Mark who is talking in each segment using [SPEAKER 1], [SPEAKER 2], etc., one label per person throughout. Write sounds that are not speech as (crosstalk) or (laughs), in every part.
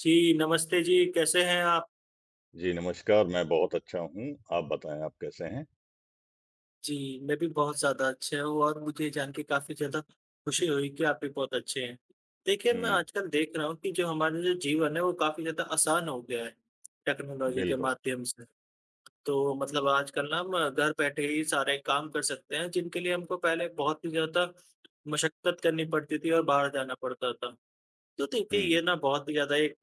[SPEAKER 1] जी, नमस्ते जी, कैसे हैं आप?
[SPEAKER 2] जी, नमस्कार, मैं बहुत अच्छा हूँ, आप बताएँ आप कैसे हैं?
[SPEAKER 1] जी, मैं भी बहुत ज़्यादा अच्छा हूँ और मुझे ये जान के काफ़ी ज़्यादा खुशी हुई कि आप भी बहुत अच्छे हैं। देखिए, मैं
[SPEAKER 2] हुँ,
[SPEAKER 1] आजकल देख रहा हूँ कि जो हमारा जो जीवन है, वो काफ़ी ज़्यादा आसान हो गया है, टेक्नोलॉजी के
[SPEAKER 2] बिल्कुल।
[SPEAKER 1] माध्यम से। तो मतलब आजकल ना हम घर बैठे ही सारे काम कर सकते हैं, जिनके लिए हमको पहले बहुत ही ज़्यादा मशक्कत करनी पड़ती थी और बाहर जाना पड़ता था। तो देखिए
[SPEAKER 2] हुँ,
[SPEAKER 1] ये ना बहुत ही ज़्यादा एक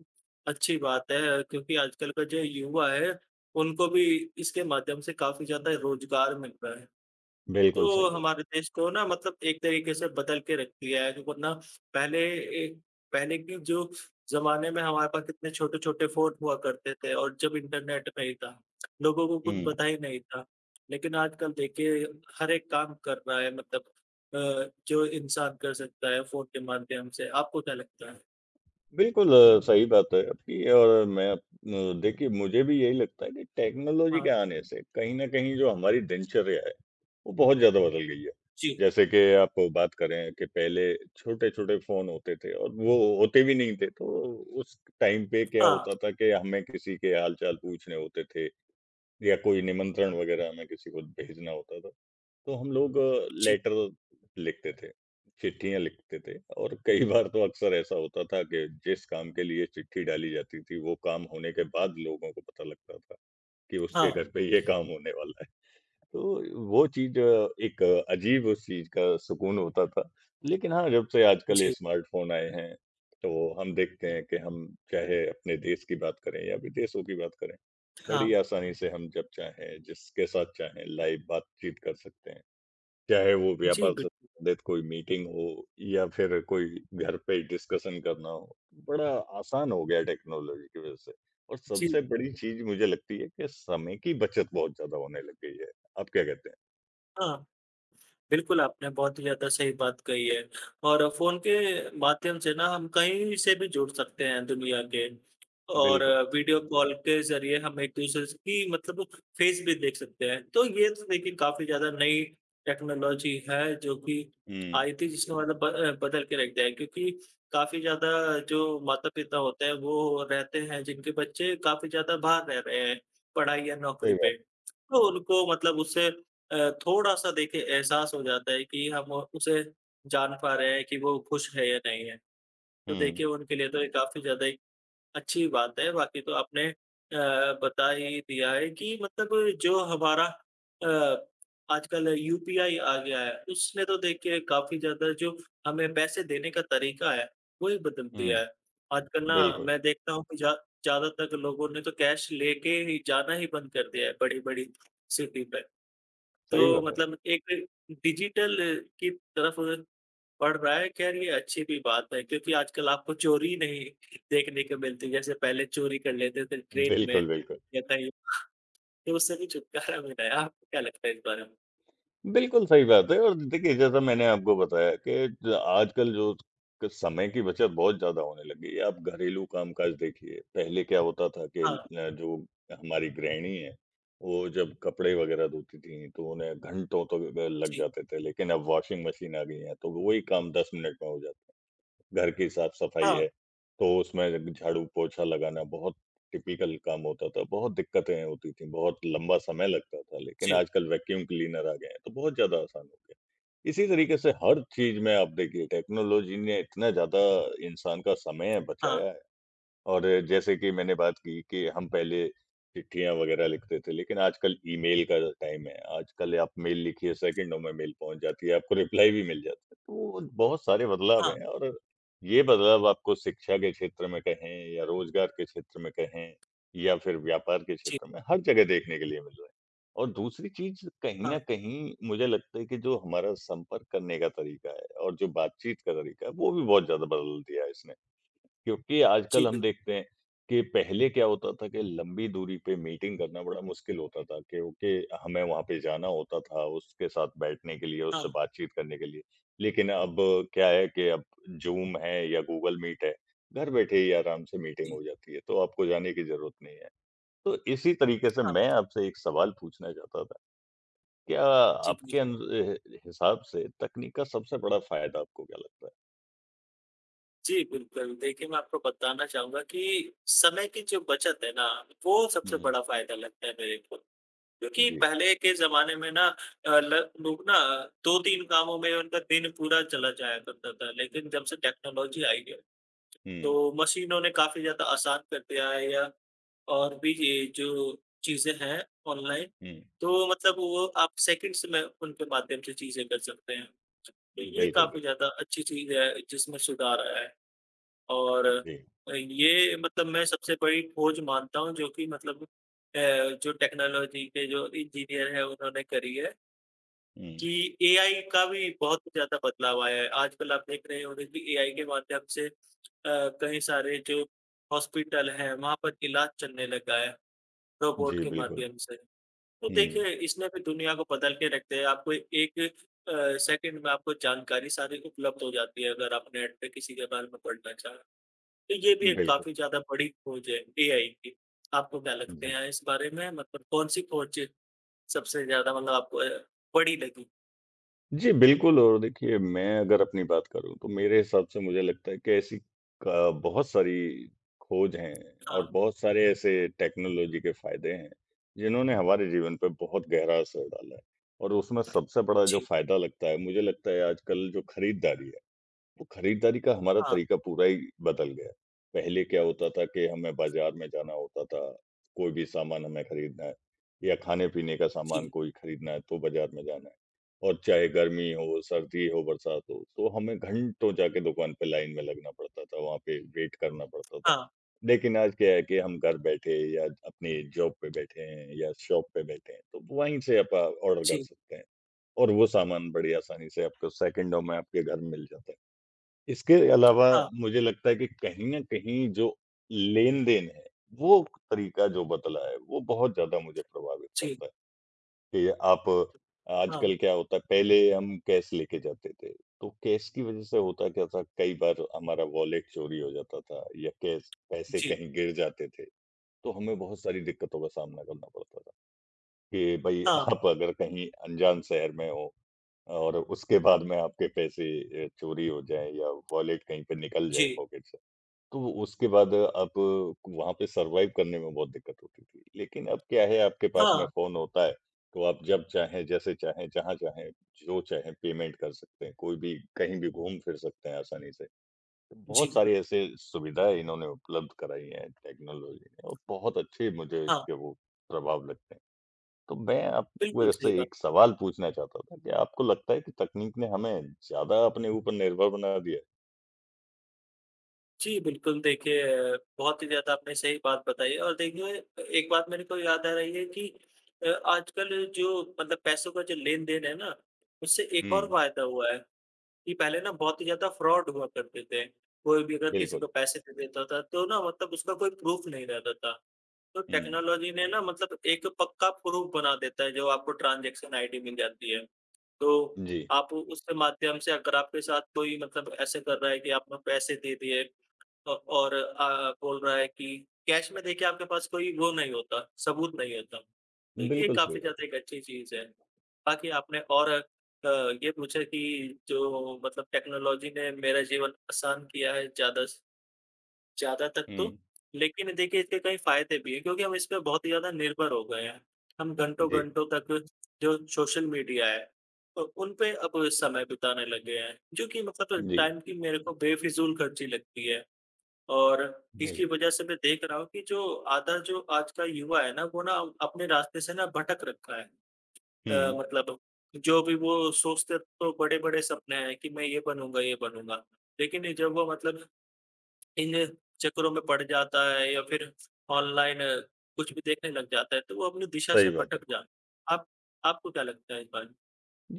[SPEAKER 1] अच्छी बात है क्योंकि आजकल का जो युवा है, उनको भी इसके माध्यम से काफ़ी ज़्यादा रोज़गार मिल रहा है।
[SPEAKER 2] बिल्कुल सही
[SPEAKER 1] तो
[SPEAKER 2] बात है।
[SPEAKER 1] हमारे देश को ना मतलब एक तरीके से बदल के रख दिया है कि वरना पहले एक पहले के जो ज़माने में हमारे पास कितने छोटे-छोटे फ़ोन हुआ करते थे और जब इंटरनेट नहीं था, लोगों को कुछ
[SPEAKER 2] हुँ,
[SPEAKER 1] पता ही नहीं था। लेकिन आजकल देखिए हर एक काम कर रहा है मतलब जो इंसान कर सकता है फ़ोन के माध्यम से। आपको क्या लगता है?
[SPEAKER 2] बिल्कुल सही बात है आपकी और देखिए मुझे भी यही लगता है कि टेक्नोलॉजी के
[SPEAKER 1] हाँ।
[SPEAKER 2] आने से कहीं न कहीं जो हमारी दिनचर्या है, वो बहुत ज़्यादा बदल गई है।
[SPEAKER 1] जी,
[SPEAKER 2] जैसे कि आप बात करें कि पहले छोटे-छोटे फ़ोन होते थे और वो होते भी नहीं थे, तो उस टाइम पे क्या
[SPEAKER 1] हाँ,
[SPEAKER 2] होता था कि हमें किसी के हाल-चाल पूछने होते थे या कोई निमंत्रण वग़ैरह हमें किसी को भेजना होता था। तो हम लोग
[SPEAKER 1] जी,
[SPEAKER 2] लेटर लिखते थे, चिट्ठियाँ लिखते थे और कई (laughs) बार तो अक्सर ऐसा होता था कि जिस काम के लिए चिट्ठी डाली जाती थी, वो काम होने के बाद लोगों को पता लगता था कि उसके
[SPEAKER 1] हाँ,
[SPEAKER 2] घर पे ये काम होने वाला है। तो वो चीज़ एक अजीब उस चीज़ का सुकून होता था। लेकिन हाँ, जब से आजकल ये
[SPEAKER 1] जी,
[SPEAKER 2] स्मार्टफ़ोन आए हैं, तो हम देखते हैं कि हम चाहे अपने देश की बात करें या विदेशों की बात करें, बड़ी
[SPEAKER 1] हाँ,
[SPEAKER 2] आसानी से हम जब चाहें, जिसके साथ चाहें लाइव बातचीत कर सकते हैं। चाहे वो
[SPEAKER 1] जी,
[SPEAKER 2] व्यापार से
[SPEAKER 1] बिल्कुल,
[SPEAKER 2] संबंधित कोई मीटिंग हो या फिर कोई घर पे डिस्कशन करना हो, बड़ा आसान हो गया है टेक्नोलॉजी की वजह से। और
[SPEAKER 1] जी,
[SPEAKER 2] सबसे बड़ी चीज़ मुझे लगती है कि समय की बचत बहुत ज़्यादा होने लग गई है। आप क्या कहते हैं?
[SPEAKER 1] हाँ। बिल्कुल, आपने बहुत ही ज़्यादा सही बात कही है और फ़ोन के माध्यम से ना हम कहीं से भी जुड़ सकते हैं दुनिया के और
[SPEAKER 2] बिल्कुल।
[SPEAKER 1] वीडियो कॉल के ज़रिए हम एक-दूसरे स की मतलब फेस भी देख सकते हैं। तो ये तो देखिए काफ़ी ज़्यादा नई टेक्नोलॉजी है जो कि
[SPEAKER 2] हुँ,
[SPEAKER 1] आई थी जिसने मतलब बदल के रख दिया है क्योंकि काफ़ी ज़्यादा जो माता-पिता होते हैं वो रहते हैं जिनके बच्चे काफ़ी ज़्यादा बाहर रह रहे हैं, पढ़ाई या नौकरी
[SPEAKER 2] सही बात।
[SPEAKER 1] पे। तो उनको मतलब उससे अ, थोड़ा-सा देखिए एहसास हो जाता है कि हम उसे जान पा रहे हैं कि वो खुश है या नहीं है। तो
[SPEAKER 2] हुँ,
[SPEAKER 1] देखिए उनके लिए तो ये काफ़ी ज़्यादा एक अच्छी बात है। बाकी तो आपने अ, बता ही दिया है कि मतलब जो हमारा अ, आजकल यूपीआई आ गया है, उसने तो देखिए काफ़ी ज़्यादा जो हमें पैसे देने का तरीका है, वो ही बदल दिया
[SPEAKER 2] हुँ,
[SPEAKER 1] है। आजकल ना
[SPEAKER 2] बिल्कुल,
[SPEAKER 1] मैं देखता हूँ कि ज़्यादातर लोगों ने तो कैश लेके ही जाना ही बंद कर दिया है बड़ी-बड़ी सिटी पे। तो
[SPEAKER 2] सही बात है।
[SPEAKER 1] मतलब एक डिजिटल की तरफ बढ़ रहा है, ख़ैर ये अच्छी भी बात है क्योंकि आजकल आपको चोरी नहीं देखने को मिलती, जैसे पहले चोरी कर लेते थे ट्रेन में
[SPEAKER 2] बिल्कुल, बिल्कुल।
[SPEAKER 1] या कहीं, तो उससे भी छुटकारा मिला है। आपको क्या लगता है इस बारे में?
[SPEAKER 2] बिल्कुल सही बात है और देखिए जैसा मैंने आपको बताया कि ज आजकल जो क समय की बचत बहुत ज़्यादा होने लगी है। आप घरेलू कामकाज देखिए, पहले क्या होता था कि
[SPEAKER 1] हाँ,
[SPEAKER 2] ल जो हमारी गृहिणी हैं, वो जब कपड़े वग़ैरह धोती थीं तो उन्हें घंटों तो लग
[SPEAKER 1] जी।
[SPEAKER 2] जाते थे लेकिन अब वॉशिंग मशीन आ गई हैं, तो वही काम 10 मिनट में हो जाता है। घर की साफ-सफाई
[SPEAKER 1] हाँ,
[SPEAKER 2] है, तो उसमें झाड़ू पोछा लगाना बहुत टिपिकल काम होता था, बहुत दिक्कतें होती थीं, बहुत लंबा समय लगता था, लेकिन
[SPEAKER 1] जी।
[SPEAKER 2] आजकल वैक्यूम क्लीनर आ गए हैं, तो बहुत ज़्यादा आसान हो गया। इसी तरीके से हर चीज़ में आप देखिए टेक्नोलॉजी ने इतना ज़्यादा इंसान का समय
[SPEAKER 1] हाँ,
[SPEAKER 2] बचाया है। और जैसे कि मैंने बात की कि हम पहले चिट्ठियाँ वगैरह लिखते थे, लेकिन आजकल ईमेल का टाइम है। आजकल आप मेल लिखिए, सेकंडों में मेल पहुँच जाती है, आपको रिप्लाई भी मिल जाता है। तो बहुत सारे बदलाव
[SPEAKER 1] हाँ,
[SPEAKER 2] हैं और ये बदलाव आपको शिक्षा के क्षेत्र में कहें या रोज़गार के क्षेत्र में कहें या फिर व्यापार के
[SPEAKER 1] जी।
[SPEAKER 2] क्षेत्र में, हर जगह देखने के लिए मिल रहे हैं। और दूसरी चीज़ कहीं
[SPEAKER 1] हाँ,
[SPEAKER 2] न कहीं मुझे लगता है कि जो हमारा संपर्क करने का तरीका है और जो बातचीत का तरीका है, वो भी बहुत ज़्यादा बदल दिया है इसने। क्योंकि
[SPEAKER 1] जी,
[SPEAKER 2] आजकल हम
[SPEAKER 1] बिल्कुल।
[SPEAKER 2] देखते हैं कि पहले क्या होता था कि लंबी दूरी पे मीटिंग करना बड़ा मुश्किल होता था कि ओके हमें वहां पे जाना होता था उसके साथ बैठने के लिए
[SPEAKER 1] हाँ,
[SPEAKER 2] उससे बातचीत करने के लिए। लेकिन अब क्या है कि अब जूम है या गूगल मीट है, घर बैठे ही आराम से मीटिंग
[SPEAKER 1] जी।
[SPEAKER 2] हो जाती है, तो आपको जाने की जरूरत नहीं है। तो इसी तरीके से
[SPEAKER 1] हाँ,
[SPEAKER 2] मैं आपसे एक सवाल पूछना चाहता था, क्या
[SPEAKER 1] जी,
[SPEAKER 2] आपके
[SPEAKER 1] पूछिए।
[SPEAKER 2] हिसाब से तकनीक का सबसे बड़ा फायदा आपको क्या लगता है?
[SPEAKER 1] जी, बिल्कुल। देखिए, मैं आपको बताना चाहूँगा कि समय की जो बचत है ना, वो सबसे
[SPEAKER 2] हम्म।
[SPEAKER 1] बड़ा फ़ायदा लगता है मेरे को। क्योंकि
[SPEAKER 2] जी।
[SPEAKER 1] पहले के ज़माने में ना ल लोग ना 2-3 कामों में उनका दिन पूरा चला जाया करता था, लेकिन जब से टेक्नोलॉजी आई है,
[SPEAKER 2] हम्म।
[SPEAKER 1] तो मशीनों ने काफ़ी ज़्यादा आसान कर दिया है या और भी ये जो चीज़ें हैं ऑनलाइन,
[SPEAKER 2] हम्म।
[SPEAKER 1] तो मतलब वो आप सेकंड्स में उनके माध्यम से चीज़ें कर सकते हैं। तो ये
[SPEAKER 2] बिल्कुल,
[SPEAKER 1] काफ़ी
[SPEAKER 2] बिल्कुल।
[SPEAKER 1] ज़्यादा अच्छी चीज़ है जिसमें सुधार आया है। और
[SPEAKER 2] जी,
[SPEAKER 1] ये मतलब मैं सबसे बड़ी खोज मानता हूँ जो कि मतलब जो टेक्नोलॉजी के जो इंजीनियर हैं उन्होंने करी है
[SPEAKER 2] हुँ।
[SPEAKER 1] कि एआई का भी बहुत ज़्यादा बदलाव आया है। आजकल आप देख रहे होंगे कि एआई के माध्यम से कई सारे जो हॉस्पिटल हैं वहाँ पर इलाज चलने लगा है रोबोट
[SPEAKER 2] जी,
[SPEAKER 1] के
[SPEAKER 2] बिल्कुल।
[SPEAKER 1] माध्यम से। तो
[SPEAKER 2] हुँ,
[SPEAKER 1] देखिए इसने भी दुनिया को बदल के रख दिया है। आपको एक सेकंड में आपको जानकारी सारी उपलब्ध हो जाती है अगर आप नेट पे किसी के बारे में पढ़ना चाहें। तो ये भी एक
[SPEAKER 2] बिल्कुल।
[SPEAKER 1] काफ़ी ज़्यादा बड़ी खोज है एआई की। आपको क्या लगते
[SPEAKER 2] जी।
[SPEAKER 1] हैं इस बारे में? मतलब कौन-सी खोज सबसे ज़्यादा मतलब आपको बड़ी लगी?
[SPEAKER 2] जी, बिल्कुल और देखिए मैं अगर अपनी बात करूँ तो मेरे हिसाब से मुझे लगता है कि ऐसी क बहुत सारी खोज हैं और
[SPEAKER 1] हाँ।
[SPEAKER 2] बहुत सारे ऐसे टेक्नोलॉजी के फ़ायदे हैं, जिन्होंने हमारे जीवन पे बहुत गहरा असर डाला है। और उसमें सबसे बड़ा जो
[SPEAKER 1] जी,
[SPEAKER 2] फ़ायदा लगता है, मुझे लगता है आजकल जो खरीदारी है, वो खरीदारी का हमारा
[SPEAKER 1] हाँ,
[SPEAKER 2] तरीका पूरा ही बदल गया है। पहले क्या होता था कि हमें बाज़ार में जाना होता था, कोई भी सामान हमें खरीदना है या खाने-पीने का सामान
[SPEAKER 1] जी,
[SPEAKER 2] कोई खरीदना है तो बाज़ार में जाना है और चाहे गर्मी हो, सर्दी हो, बरसात हो, तो हमें घंटों जाके दुकान पे लाइन में लगना पड़ता था, वहाँ पे वेट करना पड़ता था।
[SPEAKER 1] हाँ,
[SPEAKER 2] लेकिन आज क्या है कि हम घर बैठे या अपनी जॉब पे बैठे हैं या शॉप पे बैठे हैं, तो वहीं से आप ऑर्डर कर
[SPEAKER 1] जी,
[SPEAKER 2] सकते हैं और वो सामान बड़ी आसानी से आपको सेकंडों में आपके घर मिल जाता है। इसके अलावा
[SPEAKER 1] हाँ,
[SPEAKER 2] मुझे लगता है कि कहीं न कहीं जो लेन-देन है, वो तरीका जो बदला है, वो बहुत ज़्यादा मुझे प्रभावित
[SPEAKER 1] जी,
[SPEAKER 2] करता है कि आप
[SPEAKER 1] हाँ,
[SPEAKER 2] आजकल क्या होता है, पहले हम कैश लेके जाते थे, तो कैश की वज़ह से होता क्या था, कई बार हमारा वॉलेट चोरी हो जाता था या कैश पैसे
[SPEAKER 1] जी,
[SPEAKER 2] कहीं गिर जाते थे, तो हमें बहुत सारी दिक्कतों का सामना करना पड़ता था। कि भई
[SPEAKER 1] हाँ,
[SPEAKER 2] आप अगर कहीं अनजान शहर में हो और उसके बाद में आपके पैसे चोरी हो जाएँ या वॉलेट कहीं पे निकल जाए
[SPEAKER 1] जी,
[SPEAKER 2] पॉकेट से, तो वो उसके बाद आप वहाँ पे सर्वाइव करने में बहुत दिक्कत होती थी। लेकिन अब क्या है आपके पास में
[SPEAKER 1] हाँ,
[SPEAKER 2] फ़ोन होता है, तो आप जब चाहें, जैसे चाहें, जहाँ चाहें, जो चाहें पेमेंट कर सकते हैं, कोई भी कहीं भी घूम-फिर सकते हैं आसानी से। तो बहुत
[SPEAKER 1] जी,
[SPEAKER 2] सारी ऐसे सुविधाएँ इन्होंने उपलब्ध कराई हैं टेक्नोलॉजी ने और बहुत अच्छे मुझे
[SPEAKER 1] हाँ।
[SPEAKER 2] इसके वो प्रभाव लगते हैं। तो मैं आपको
[SPEAKER 1] बिल्कुल सही
[SPEAKER 2] ऐसे
[SPEAKER 1] बात।
[SPEAKER 2] एक सवाल पूछना चाहता था कि आपको लगता है कि तकनीक ने हमें ज़्यादा अपने ऊपर निर्भर बना दिया है?
[SPEAKER 1] जी, बिल्कुल देखिए बहुत ही ज़्यादा आपने सही बात बताई है और देखिए एक बात मेरे को याद आ रही है कि अ, आजकल जो मतलब पैसों का जो लेन-देन है ना, उससे एक और
[SPEAKER 2] हुँ,
[SPEAKER 1] फ़ायदा हुआ है। कि पहले ना बहुत ही ज़्यादा फ्रॉड हुआ करते थे। कोई भी अगर किसी
[SPEAKER 2] बिल्कुल।
[SPEAKER 1] को पैसे दे देता था तो ना मतलब उसका कोई प्रूफ़ नहीं रहता था। तो
[SPEAKER 2] हुँ,
[SPEAKER 1] टेक्नोलॉज़ी ने ना मतलब एक पक्का प्रूफ़ बना देता है जो आपको ट्रांज़ैक्शन आईडी मिल जाती है। तो
[SPEAKER 2] जी,
[SPEAKER 1] आप उसके माध्यम से अगर आपके साथ कोई मतलब ऐसे कर रहा है कि आपने पैसे दे दिए और बोल रहा है कि कैश में देखिए आपके पास कोई वो नहीं होता, सबूत नहीं होता। तो ये
[SPEAKER 2] बिल्कुल सही
[SPEAKER 1] काफ़ी
[SPEAKER 2] बात
[SPEAKER 1] ज़्यादा
[SPEAKER 2] है।
[SPEAKER 1] एक अच्छी चीज़ है। बाकी आपने और अ, ये पूछा कि जो मतलब टेक्नोलॉजी ने मेरा जीवन आसान किया है ज़्यादा स ज़्यादा तक तो,
[SPEAKER 2] हुँ,
[SPEAKER 1] लेकिन देखिए इसके कई फ़ायदे भी हैं क्योंकि हम इस पे बहुत ही ज़्यादा निर्भर हो गए हैं। हम
[SPEAKER 2] जी,
[SPEAKER 1] घंटों-घंटों तक जो सोशल मीडिया है उन पे अब समय बिताने लगे हैं, जो कि मतलब
[SPEAKER 2] जी,
[SPEAKER 1] टाइम की मेरे को बेफ़िज़ूल खर्ची लगती है। और
[SPEAKER 2] बिल
[SPEAKER 1] इसकी वजह से मैं देख रहा हूँ कि जो आधा जो आज का युवा है ना, वो ना अपने रास्ते से ना भटक रखा है। अ,
[SPEAKER 2] हुँ,
[SPEAKER 1] मतलब जो भी वो सोचते तो बड़े-बड़े सपने हैं कि मैं ये बनूँगा, ये बनूँगा। लेकिन ये जब वो मतलब इन चक्करों में पड़ जाता है या फिर ऑनलाइन कुछ भी देखने लग जाता है, तो वो अपनी दिशा से
[SPEAKER 2] सही बात है।
[SPEAKER 1] भटक जाता है। आप आपको क्या लगता है इस बारे में?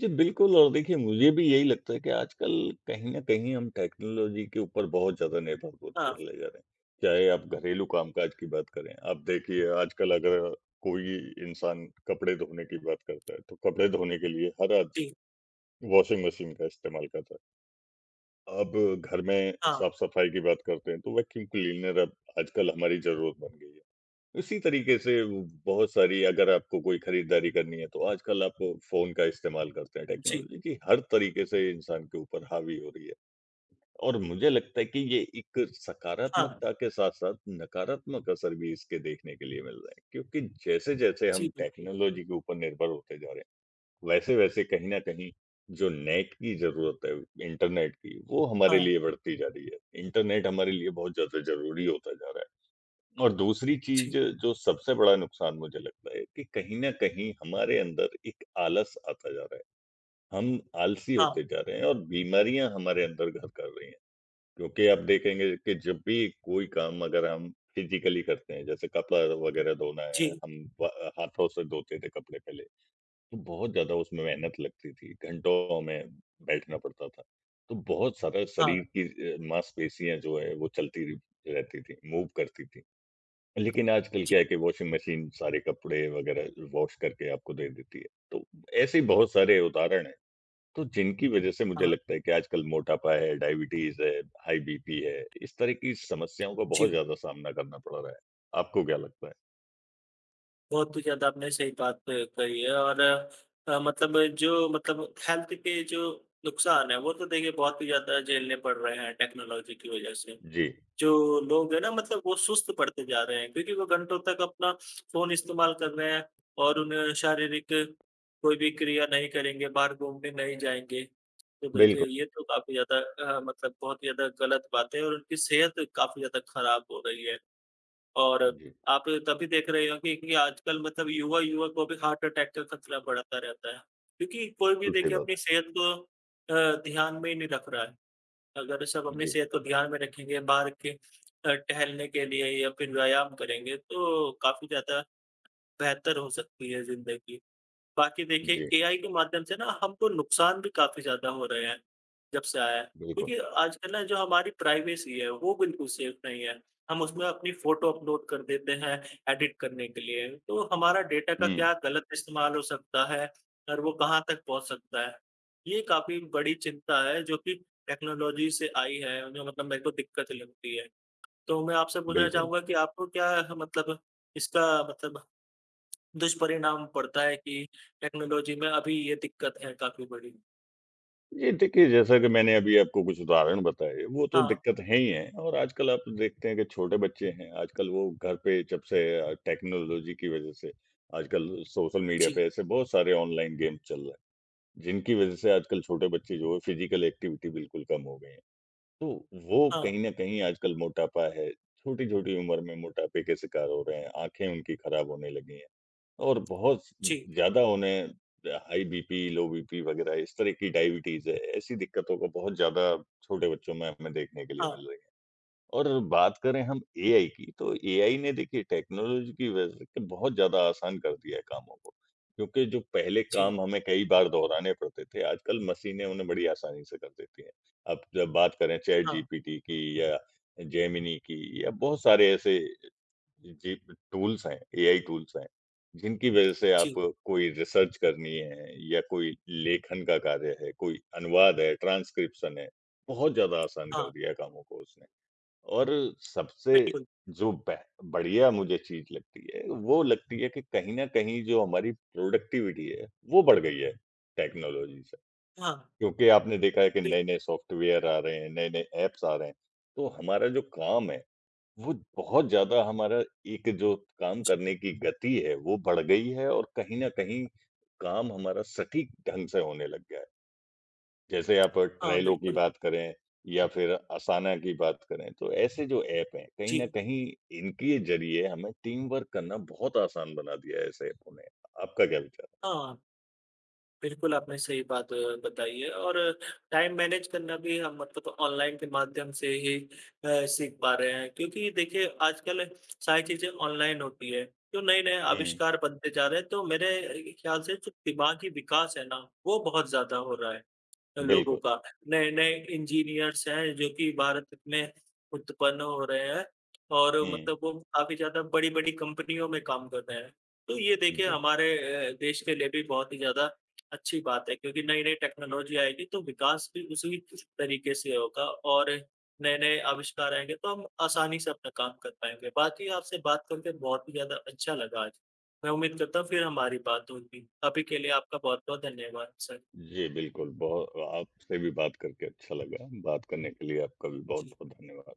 [SPEAKER 2] जी, बिल्कुल और देखिए मुझे भी यही लगता है कि आजकल कहीं न कहीं हम टेक्नोलॉजी के ऊपर बहुत ज़्यादा निर्भर
[SPEAKER 1] हाँ,
[SPEAKER 2] होते चले जा रहे हैं। चाहे आप घरेलू कामकाज की बात करें, आप देखिए आजकल अगर कोई इंसान कपड़े धोने की बात करता है, तो कपड़े धोने के लिए हर आदमी
[SPEAKER 1] जी।
[SPEAKER 2] वॉशिंग मशीन का इस्तेमाल कर रहा है। अब घर में
[SPEAKER 1] हाँ,
[SPEAKER 2] साफ-सफाई की बात करते हैं, तो वैक्यूम क्लीनर अब आजकल हमारी ज़रूरत बन गई है। उसी तरीके से वो बहुत सारी अगर आपको कोई खरीदारी करनी है, तो आजकल आप फ़ोन का इस्तेमाल करते हैं।
[SPEAKER 1] जी।
[SPEAKER 2] टेक्नोलॉजी की हर तरीके से इंसान के ऊपर हावी हो रही है और मुझे लगता है कि ये एक
[SPEAKER 1] हाँ,
[SPEAKER 2] सकारात्मकता के साथ-साथ नकारात्मक असर भी इसके देखने के लिए मिल रहे हैं, क्योंकि जैसे-जैसे
[SPEAKER 1] जी,
[SPEAKER 2] हम
[SPEAKER 1] बिल्कुल।
[SPEAKER 2] टेक्नोलॉजी के ऊपर निर्भर होते जा रहे हैं, वैसे, वैसे कहीं न कहीं जो नेट की ज़रूरत है, इंटरनेट की, वो हमारे
[SPEAKER 1] हाँ,
[SPEAKER 2] लिए बढ़ती जा रही है। इंटरनेट हमारे लिए बहुत ज़्यादा ज़रूरी होता जा रहा है और दूसरी चीज़
[SPEAKER 1] जी।
[SPEAKER 2] जो सबसे बड़ा नुकसान मुझे लगता है कि कहीं न कहीं हमारे अंदर एक आलस आता जा रहा है। हम आलसी होते
[SPEAKER 1] हाँ।
[SPEAKER 2] जा रहे हैं और बीमारियाँ हमारे अंदर घर कर रही हैं। क्योंकि आप देखेंगे कि जब भी कोई काम अगर हम फिज़िकली करते हैं, जैसे कपड़ा वगैरह धोना है,
[SPEAKER 1] जी।
[SPEAKER 2] हम व हाथों से धोते थे कपड़े पहले। तो बहुत ज़्यादा उसमें मेहनत लगती थी, घंटों हमें बैठना पड़ता था। तो बहुत सारा
[SPEAKER 1] हाँ,
[SPEAKER 2] शरीर की मांसपेशियाँ जो है वो चलती र रहती थी, मूव करती थी। लेकिन आजकल
[SPEAKER 1] जी।
[SPEAKER 2] क्या है कि वॉशिंग मशीन सारे कपड़े वगैरह वॉश करके आपको दे देती है। तो ऐसे ही बहुत सारे उदाहरण हैं, तो जिनकी वज़ह से मुझे
[SPEAKER 1] हाँ,
[SPEAKER 2] लगता है कि आजकल मोटापा है, डायबिटीज़ है, हाई बीपी है, इस तरह की समस्याओं का
[SPEAKER 1] जी।
[SPEAKER 2] बहुत ज़्यादा सामना करना पड़ रहा है। आपको क्या लगता है?
[SPEAKER 1] बहुत ही ज़्यादा आपने सही बात कही है और मतलब जो मतलब हेल्थ के जो नुकसान है वो तो देखिए बहुत ही ज़्यादा झेलने पड़ रहे हैं टेक्नोलॉजी की वजह से।
[SPEAKER 2] जी,
[SPEAKER 1] जो लोग हैं ना मतलब वो सुस्त पड़ते जा रहे हैं क्योंकि वो घंटों तक अपना फ़ोन इस्तेमाल कर रहे हैं और उन्हें शारीरिक कोई भी क्रिया नहीं करेंगे, बाहर घूमने नहीं जाएँगे। तो देखिए
[SPEAKER 2] बिल्कुल।
[SPEAKER 1] ये तो काफ़ी ज़्यादा मतलब बहुत ही ज़्यादा गलत बात है और उनकी सेहत काफ़ी ज़्यादा खराब हो रही है। और
[SPEAKER 2] जी,
[SPEAKER 1] आप तभी देख रहे हो कि आजकल मतलब युवा-युवा को भी हार्ट अटैक का खतरा बढ़ता रहता है। क्योंकि कोई भी
[SPEAKER 2] बिल्कुल सही
[SPEAKER 1] देखिए अपनी
[SPEAKER 2] बात
[SPEAKER 1] सेहत को ध्यान में ही नहीं रख रहा है। अगर सब
[SPEAKER 2] है।
[SPEAKER 1] अपनी
[SPEAKER 2] जी,
[SPEAKER 1] सेहत को ध्यान में रखेंगे, बाहर के टहलने के लिए या फिर व्यायाम करेंगे, तो काफ़ी ज़्यादा बेहतर हो सकती है ज़िंदगी। बाकी देखिए
[SPEAKER 2] जी,
[SPEAKER 1] एआई के माध्यम से ना हमको नुकसान भी काफ़ी ज़्यादा हो रहे हैं, जब से आया है।
[SPEAKER 2] बिल्कुल।
[SPEAKER 1] क्योंकि आजकल ना जो हमारी प्राइवेसी है वो बिल्कुल सेफ नहीं है। हम उसमें अपनी फ़ोटो अपलोड कर देते हैं एडिट करने के लिए, तो हमारा डेटा का
[SPEAKER 2] हुँ,
[SPEAKER 1] क्या गलत इस्तेमाल हो सकता है और वो कहाँ तक पहुँच सकता है। ये काफ़ी बड़ी चिंता है जो कि टेक्नोलॉजी से आई है, जो मतलब मेरे को दिक्कत लगती है। तो मैं आपसे पूछना
[SPEAKER 2] बिल्कुल।
[SPEAKER 1] चाहूँगा कि आपको क्या मतलब इसका मतलब दुष्परिणाम पड़ता है कि टेक्नोलॉजी में अभी ये दिक्कत है काफ़ी बड़ी।
[SPEAKER 2] ये देखिए, जैसा कि मैंने अभी आपको कुछ उदाहरण बताए, वो तो
[SPEAKER 1] हाँ,
[SPEAKER 2] दिक्कत है ही है और आजकल आप देखते हैं कि छोटे बच्चे हैं, आजकल वो घर पे जब से टेक्नोलॉजी की वज़ह से आजकल सोशल मीडिया
[SPEAKER 1] जी,
[SPEAKER 2] पे ऐसे बहुत सारे ऑनलाइन गेम चल रहे हैं, जिनकी वज़ह से आजकल छोटे बच्चे जो है फिज़िकल एक्टिविटी बिल्कुल कम हो गई है। तो वो
[SPEAKER 1] हाँ,
[SPEAKER 2] कहीं न कहीं आजकल मोटापा है, छोटी-छोटी उम्र में मोटापे के शिकार हो रहे हैं, आँखें उनकी खराब होने लगी हैं। और बहुत
[SPEAKER 1] जी,
[SPEAKER 2] ज़्यादा उन्हें हाई बीपी, लो बीपी वग़ैरह इस तरह की डायबिटीज़ है, ऐसी दिक्कतों को बहुत ज़्यादा छोटे बच्चों में हमें देखने के लिए
[SPEAKER 1] हाँ,
[SPEAKER 2] मिल रही है। और बात करें हम एआई की, तो एआई ने देखिए टेक्नोलॉजी की वजह से बहुत ज़्यादा आसान कर दिया है कामों को, क्योंकि जो पहले
[SPEAKER 1] जी,
[SPEAKER 2] काम हमें कई बार दोहराने पड़ते थे, आजकल मशीनें उन्हें बड़ी आसानी से कर देती हैं। अब जब बात करें चैट
[SPEAKER 1] हाँ,
[SPEAKER 2] जीपीटी की या जेमिनी की या बहुत सारे ऐसे जी, टूल्स हैं, एआई टूल्स हैं, जिनकी वजह से आप
[SPEAKER 1] जी,
[SPEAKER 2] कोई रिसर्च करनी है या कोई लेखन का कार्य है, कोई अनुवाद है, ट्रांसक्रिप्शन है, बहुत ज़्यादा आसान कर
[SPEAKER 1] हाँ,
[SPEAKER 2] दिया है कामों को उसने। और सबसे
[SPEAKER 1] बिल्कुल,
[SPEAKER 2] जो बेह बढ़िया मुझे चीज़ लगती है, वो लगती है कि कहीं न कहीं जो हमारी प्रोडक्टिविटी है, वो बढ़ गई है टेक्नोलॉजी से।
[SPEAKER 1] हाँ,
[SPEAKER 2] क्योंकि आपने देखा है कि
[SPEAKER 1] बिल्कुल,
[SPEAKER 2] नए-नए सॉफ्टवेयर आ रहे हैं, नए-नए ऐप्स आ रहे हैं, तो हमारा जो काम है वो बहुत ज़्यादा हमारा एक जो काम
[SPEAKER 1] जी,
[SPEAKER 2] करने की गति है, वो बढ़ गई है और कहीं न कहीं काम हमारा सटीक ढंग से होने लग गया है। जैसे आप
[SPEAKER 1] हाँ,
[SPEAKER 2] ट्रेलो की
[SPEAKER 1] बिल्कुल,
[SPEAKER 2] बात करें या फिर असाना की बात करें, तो ऐसे जो ऐप हैं, कहीं न
[SPEAKER 1] जी,
[SPEAKER 2] कहीं इनके ज़रिए हमें टीम वर्क करना बहुत आसान बना दिया है ऐसे ऐपों ने। आपका क्या विचार
[SPEAKER 1] हाँ, बिल्कुल आपने सही बात बताई है और टाइम मैनेज करना भी हम मतलब ऑनलाइन के माध्यम से ही सीख पा रहे हैं क्योंकि देखिए आजकल सारी चीज़ें ऑनलाइन होती है, तो नए-नए
[SPEAKER 2] है? हुँ,
[SPEAKER 1] आविष्कार बनते जा रहे हैं तो मेरे ख्याल से जो दिमागी विकास है ना, वो बहुत ज़्यादा हो रहा है। लोगों
[SPEAKER 2] बिल्कुल।
[SPEAKER 1] का। नए-नए इंजीनियर्स हैं जो कि भारत में उत्पन्न हो रहे हैं और
[SPEAKER 2] हुँ,
[SPEAKER 1] मतलब वो काफ़ी ज़्यादा बड़ी-बड़ी कंपनियों में काम कर रहे हैं। तो ये देखिए
[SPEAKER 2] जी।
[SPEAKER 1] हमारे देश के लिए भी बहुत ही ज़्यादा अच्छी बात है क्योंकि नई-नई टेक्नोलॉज़ी आएगी तो विकास भी उसी तरीके से होगा और नए-नए आविष्कार आएँगे तो हम आसानी से अपना काम कर पाएँगे। बाकी आपसे बात करके बहुत ही ज़्यादा अच्छा लगा आज। मैं उम्मीद करता हूँ फिर हमारी बात होगी। अभी के लिए आपका बहुत-बहुत धन्यवाद सर।
[SPEAKER 2] जी, बिल्कुल, बहु आपसे भी बात करके अच्छा लगा। बात करने के लिए आपका भी
[SPEAKER 1] जी।
[SPEAKER 2] बहुत-बहुत धन्यवाद।